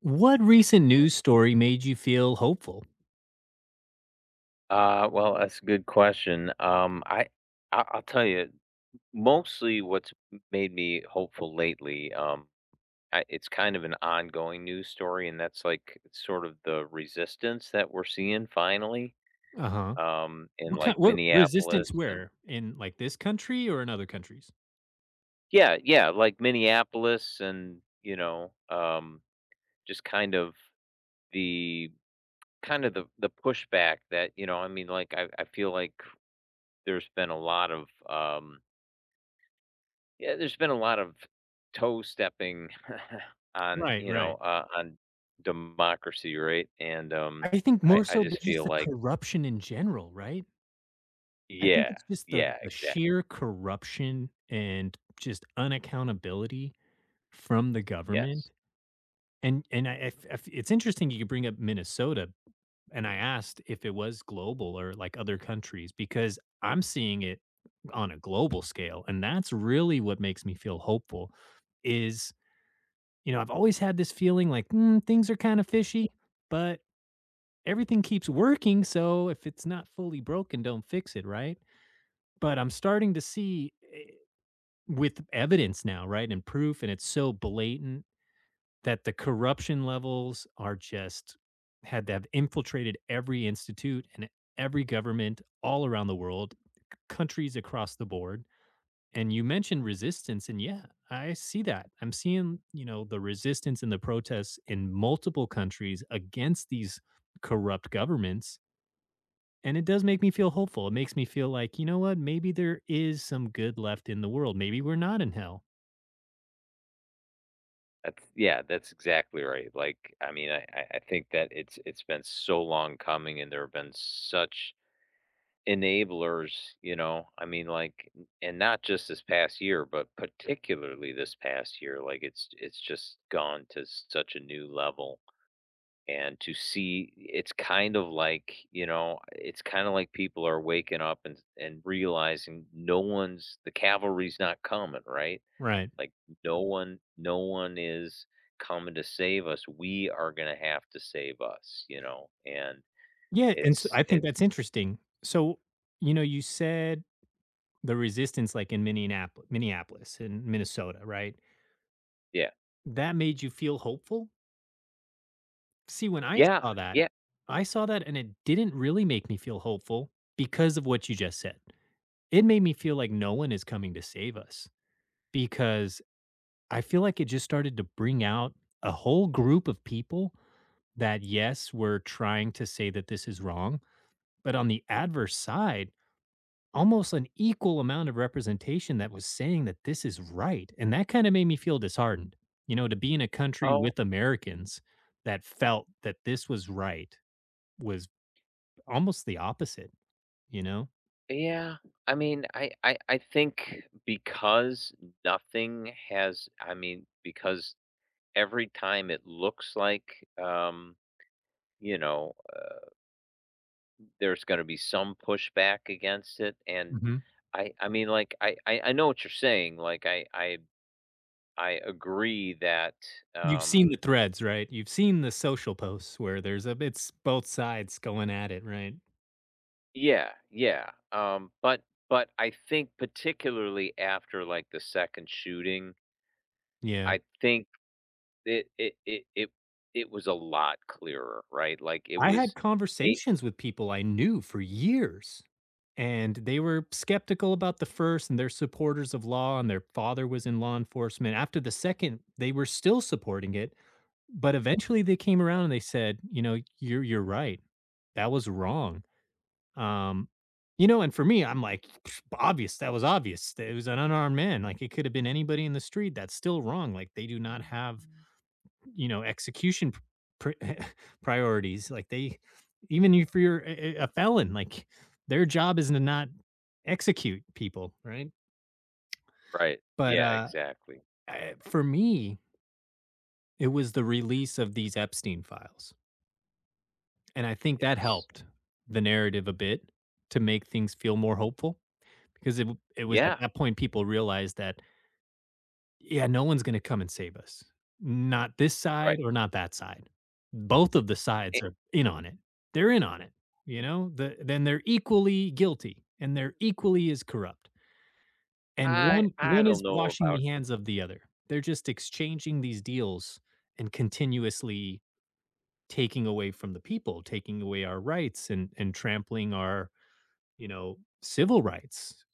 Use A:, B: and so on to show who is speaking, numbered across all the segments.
A: What recent news story made you feel hopeful?
B: Well, that's a good question. I'll tell you, mostly what's made me hopeful lately, it's kind of an ongoing news story, and that's like sort of the resistance that we're seeing finally,
A: Uh-huh.
B: in like
A: What
B: Minneapolis
A: resistance
B: and
A: where? In, like, this country or in other countries?
B: yeah, yeah, like Minneapolis and you know, just kind of the the pushback that you know, I mean, like I feel like there's been a lot of yeah, there's been a lot of toe stepping on,
A: Right,
B: you know,
A: right.
B: on democracy, right? And um,
A: I think
B: I,
A: more
B: I
A: so than
B: just
A: just
B: feel
A: the
B: like,
A: corruption in general, right? I think
B: yeah,
A: it's just the
B: yeah,
A: the
B: exact,
A: sheer corruption and just unaccountability from the government,
B: yes,
A: and I f it's interesting you could bring up Minnesota, and I asked if it was global or like other countries because I'm seeing it on a global scale, and that's really what makes me feel hopeful is I've always had this feeling like, "Mm, things are kind of fishy, but everything keeps working, so if it's not fully broken, don't fix it, right?" But I'm starting to see, with evidence now, right, and proof, and it's so blatant that the corruption levels are just had to have infiltrated every institute and every government all around the world, countries across the board. And you mentioned resistance, and yeah, I see that. I'm seeing, you know, the resistance and the protests in multiple countries against these corrupt governments. And it does make me feel hopeful. It makes me feel like, you know what, maybe there is some good left in the world. Maybe we're not in hell.
B: that's yeah, that's exactly right. Like, I mean, I think that it's been so long coming, and there have been such enablers, you know. I mean, like, and not just this past year, but particularly this past year, like it's just gone to such a new level and to see it's kind of like you know it's kind of like people are waking up and realizing no one's the cavalry's not coming, right?
A: Right.
B: Like no one is coming to save us. We are going to have to save us, you know. And
A: Yeah, and so
B: it's
A: I think
B: it's
A: that's interesting. So, you know, you said the resistance, like, in Minneapolis, in Minnesota, right?
B: yeah,
A: That made you feel hopeful? See, when
B: yeah, yeah,
A: I saw that and it didn't really make me feel hopeful because of what you just said. It made me feel like no one is coming to save us because I feel like it just started to bring out a whole group of people that, yes, were trying to say that this is wrong, but on the adverse side, almost an equal amount of representation that was saying that this is right, and that kinda made me feel disheartened, to be in a country
B: oh,
A: with Americans that felt that this was right was almost the opposite, you know?
B: yeah. I think because nothing has, I mean because every time it looks like you know, there's going to be some pushback against it. And
A: Mhm.
B: I mean, like, I know what you're saying. Like, I agree that,
A: You've seen the
B: um,
A: threads, right? You've seen the social posts where there's a it's both sides going at it, right?
B: yeah, yeah. But I think particularly after like the second shooting,
A: Yeah.
B: I think it, it, it, it, it was a lot clearer, right? Like it
A: I had
B: was eight,
A: conversations with people I knew for years, and they were skeptical about the first and they're supporters of law and their father was in law enforcement. After the second they were still supporting it, but eventually they came around and they said, you know, you're right, that was wrong. Um, you know, and for me, I'm like, "Psh, obvious. That was obvious. It was an unarmed man, like it could have been anybody in the street. That's still wrong. Like they do not have, you know, execution pr- priorities. Like they, even if you're a felon, like their job is to not execute people, right?"
B: right?
A: But
B: Yeah, exactly.
A: for me, it was the release of these Epstein files, and I think that
B: Yes.
A: helped the narrative a bit to make things feel more hopeful because it was at
B: Yeah.
A: that point people realized that, yeah, no one's gonna come and save us. Not this side
B: Right.
A: or not that side. Both of the sides
B: Eh,
A: are in on it. They're in on it, you know? Then they're equally guilty, and they're equally as corrupt. And
B: I,
A: one
B: I
A: one is
B: don't know
A: washing
B: about,
A: the hands of the other. They're just exchanging these deals and continuously taking away from the people, taking away our rights, and trampling our, civil rights.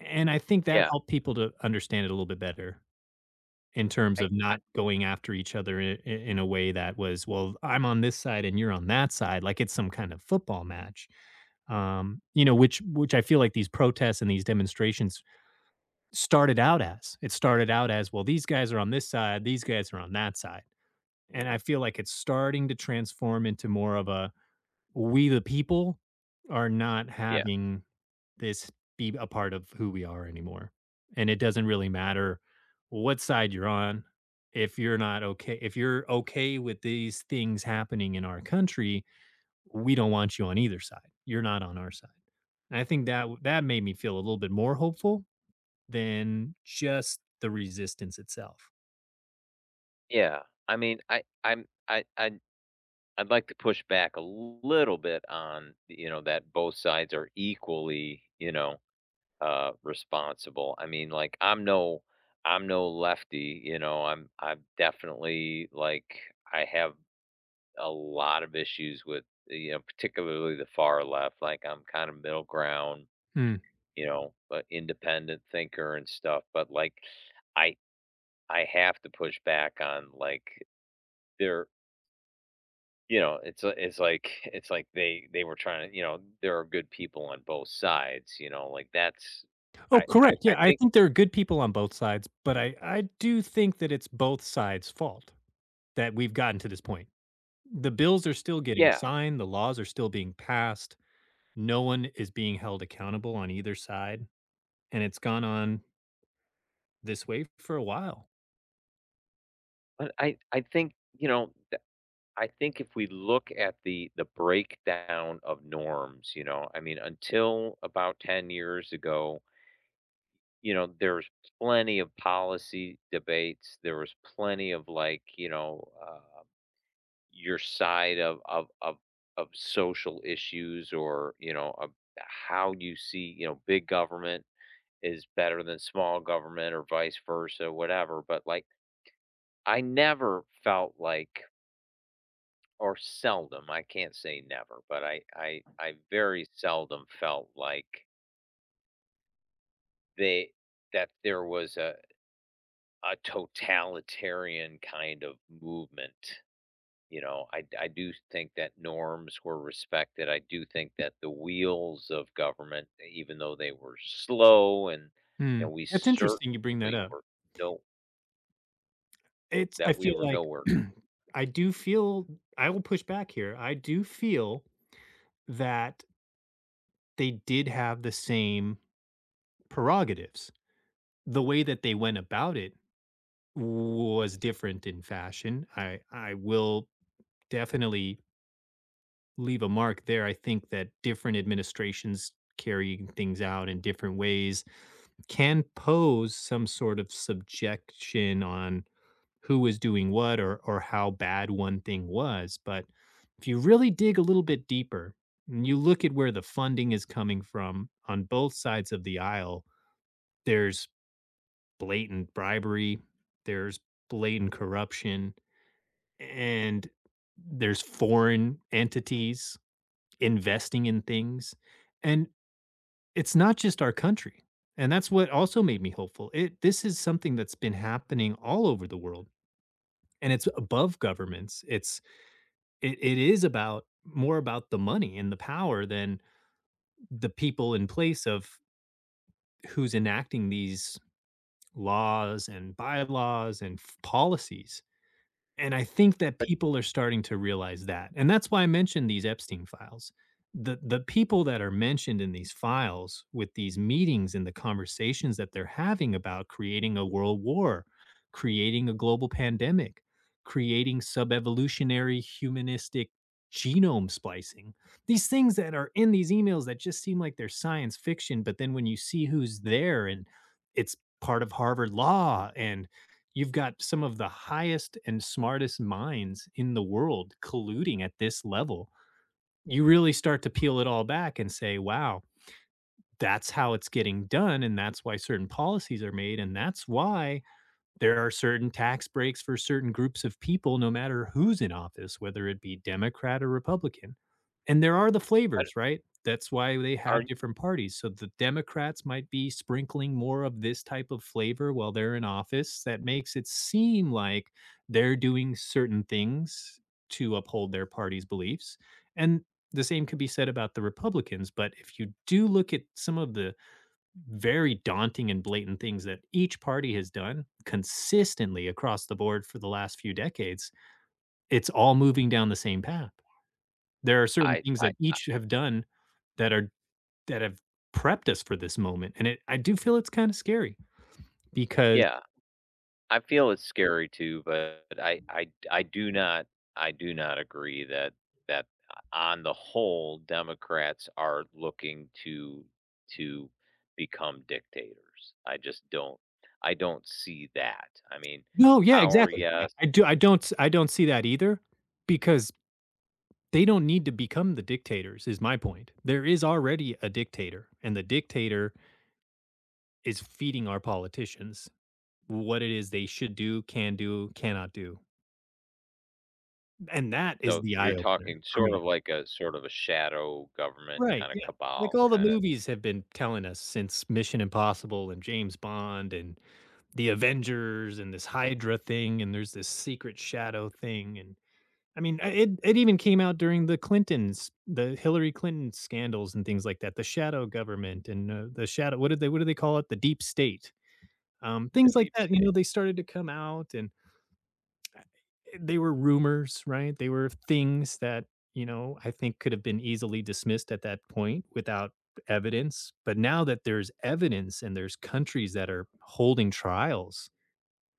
A: And I think that
B: yeah.
A: helped people to understand it a little bit better. In terms of
B: I,
A: not going after each other I in a way that was, "Well, I'm on this side and you're on that side," like it's some kind of football match. You know, which I feel like these protests and these demonstrations started out as. It started out as, "Well, these guys are on this side, these guys are on that side." And I feel like it's starting to transform into more of a we the people are not
B: yeah.
A: having this be a part of who we are anymore. And it doesn't really matter what side you're on. If you're not okay, if you're okay with these things happening in our country, we don't want you on either side. You're not on our side. And I think that that made me feel a little bit more hopeful than just the resistance itself.
B: Yeah, I mean, I I'm I I'd I would like to push back a little bit on, you know, that both sides are equally, you know, responsible. I mean, like, I'm no lefty, you know, I'm definitely like I have a lot of issues with, you know, particularly the far left. Like, I'm kind of middle ground,
A: Hmm.
B: you know, but independent thinker and stuff. But like, I I have to push back on like their. You know, it's like they were trying to, you know, there are good people on both sides, you know, like that's
A: Oh,
B: I I
A: correct. Yeah,
B: I
A: I
B: think
A: think there are good people on both sides, but I do think that it's both sides' fault that we've gotten to this point. The bills are still getting
B: yeah,
A: signed, the laws are still being passed, no one is being held accountable on either side, and it's gone on this way for a while.
B: but I think, you know, I think if we look at the breakdown of norms, you know, I mean until about 10 years ago, you know, there's plenty of policy debates, there was plenty of like, you know, your side of social issues, or you know, of how you see, you know, big government is better than small government or vice versa, whatever. But like I never felt like, or seldom, I can't say never, but I very seldom felt like they, that there was a totalitarian kind of movement. You know, I do think that norms were respected. I do think that the wheels of government, even though they were slow and, you
A: Hmm,
B: know, we
A: that's interesting you bring that
B: certainly
A: up.
B: were no,
A: It's I
B: that we
A: feel
B: were
A: like
B: nowhere.
A: I do feel, I will push back here. I do feel that they did have the same prerogatives. The way that they went about it was different in fashion. I will definitely leave a mark there. I think that different administrations carrying things out in different ways can pose some sort of subjection on who was doing what or how bad one thing was. But if you really dig a little bit deeper and you look at where the funding is coming from on both sides of the aisle, there's blatant bribery, there's blatant corruption, and there's foreign entities investing in things. And it's not just our country. And that's what also made me hopeful. It this is something that's been happening all over the world, and it's above governments. It is about more about the money and the power than the people in place of who's enacting these laws and bylaws and policies. And I think that
B: But
A: people are starting to realize that, and that's why I mentioned these Epstein files. The people that are mentioned in these files with these meetings and the conversations that they're having about creating a world war, creating a global pandemic, creating sub-evolutionary humanistic genome splicing. These things that are in these emails that just seem like they're science fiction, but then when you see who's there and it's part of Harvard law and you've got some of the highest and smartest minds in the world colluding at this level. You really start to peel it all back and say, wow, that's how it's getting done. And that's why certain policies are made. And that's why there are certain tax breaks for certain groups of people, no matter who's in office, whether it be Democrat or Republican. And there are the
B: but
A: flavors, right? That's why they
B: are
A: have different parties. So the Democrats might be sprinkling more of this type of flavor while they're in office. That makes it seem like they're doing certain things to uphold their party's beliefs. And the same could be said about the Republicans. But if you do look at some of the very daunting and blatant things that each party has done consistently across the board for the last few decades, it's all moving down the same path. There are certain
B: I
A: things
B: I
A: that
B: I
A: each have done that are that have prepped us for this moment, and it I do feel it's kinda scary because
B: yeah. I
A: it
B: feel it's scary too, but I do not I do not agree that that on the whole Democrats are looking to become dictators. I just don't I don't see that. I mean,
A: No, yeah,
B: power,
A: exactly. Yeah,
B: yes.
A: I don't see that either because they don't need to become the dictators is my point. There is already a dictator, and the dictator is feeding our politicians what it is they should do, can do, cannot do, and that is
B: So
A: the
B: you're
A: eye opener
B: talking
A: for
B: sort of
A: me.
B: like a sort of a shadow government
A: Right,
B: kind of
A: yeah, like,
B: cabal,
A: all the
B: kind of
A: movies have been telling us since Mission Impossible and James Bond and The Avengers and this Hydra thing, and there's this secret shadow thing, and I mean, I it it even came out during the Clintons, the Hillary Clinton scandals and things like that, the shadow government and, the shadow what do they call it? The deep state,
B: the
A: things like
B: deep
A: that, you know,
B: state.
A: they started to come out, and they were rumors, right? They were things that, you know, I think could have been easily dismissed at that point without evidence. But now that there's evidence and there's countries that are holding trials,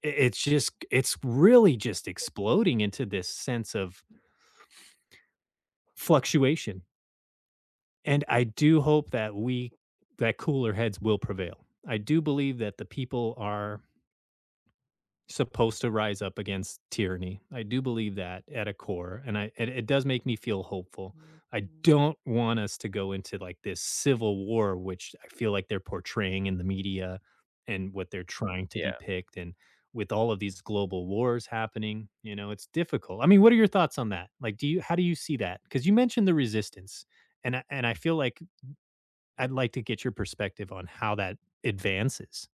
A: it's just, it's really just exploding into this sense of fluctuation. And I do hope that we, that cooler heads will prevail. I do believe that the people are supposed to rise up against tyranny. I do believe that at a core, and it does make me feel hopeful. I don't want us to go into like this civil war, which I feel like they're portraying in the media and what they're trying to
B: Yeah.
A: depict, and with all of these global wars happening, you know, it's difficult. I mean, what are your thoughts on that? Like, do you how do you see that? Because you mentioned the resistance, and I feel like I'd like to get your perspective on how that advances.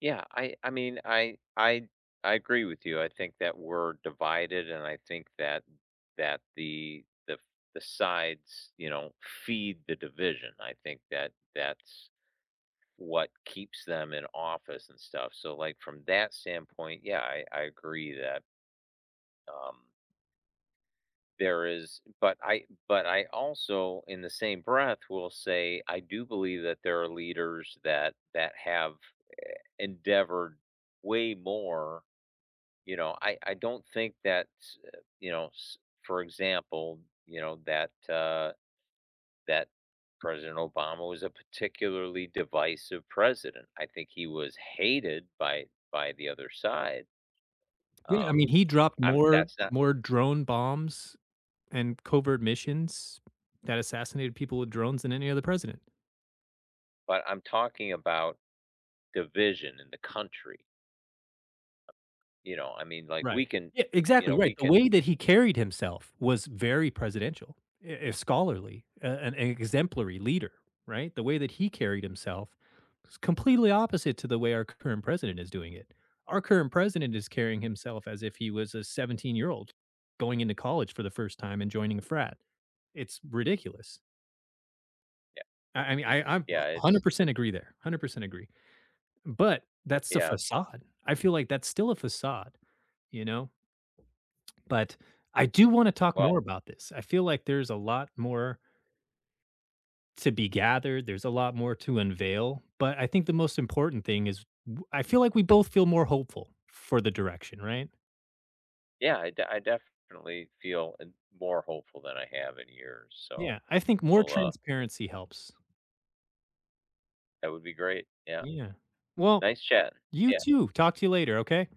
B: Yeah, I mean, I I agree with you. I think that we're divided, and I think that that the the sides, you know, feed the division. I think that that's what keeps them in office and stuff. So, like from that standpoint, yeah, I agree that um, there is, but I, but I also, in the same breath, will say I do believe that there are leaders that that have endeavored way more. You know, I don't think that, you know, s for example, you know, that, that President Obama was a particularly divisive president. I think he was hated by the other side.
A: Yeah, I mean,
B: Um,
A: he dropped
B: I'm
A: more
B: that's not
A: more drone bombs and covert missions that assassinated people with drones than any other president.
B: but I'm talking about division in the country. You know, I mean, like,
A: Right.
B: we can.
A: Yeah,
B: You
A: exactly
B: know,
A: right.
B: we
A: The
B: can
A: way that he carried himself was very presidential, scholarly, an exemplary leader, right? The way that he carried himself is completely opposite to the way our current president is doing it. Our current president is carrying himself as if he was a 17-year-old going into college for the first time and joining a frat. It's ridiculous.
B: yeah,
A: I mean, I
B: yeah, it's
A: 100% agree there. 100% agree. But that's the
B: yeah, so
A: facade. I feel like that's still a facade, you know? But I do wanna talk more
B: well,
A: about this. I feel like there's a lot more to be gathered, there's a lot more to unveil, but I think the most important thing is w I feel like we both feel more hopeful for the direction, right?
B: yeah, I definitely feel, more hopeful than I have in years, so
A: Yeah, I think more
B: we'll,
A: transparency helps.
B: that would be great, yeah.
A: Yeah. Well,
B: Nice chatting.
A: you
B: Yeah.
A: too. Talk to you later, okay?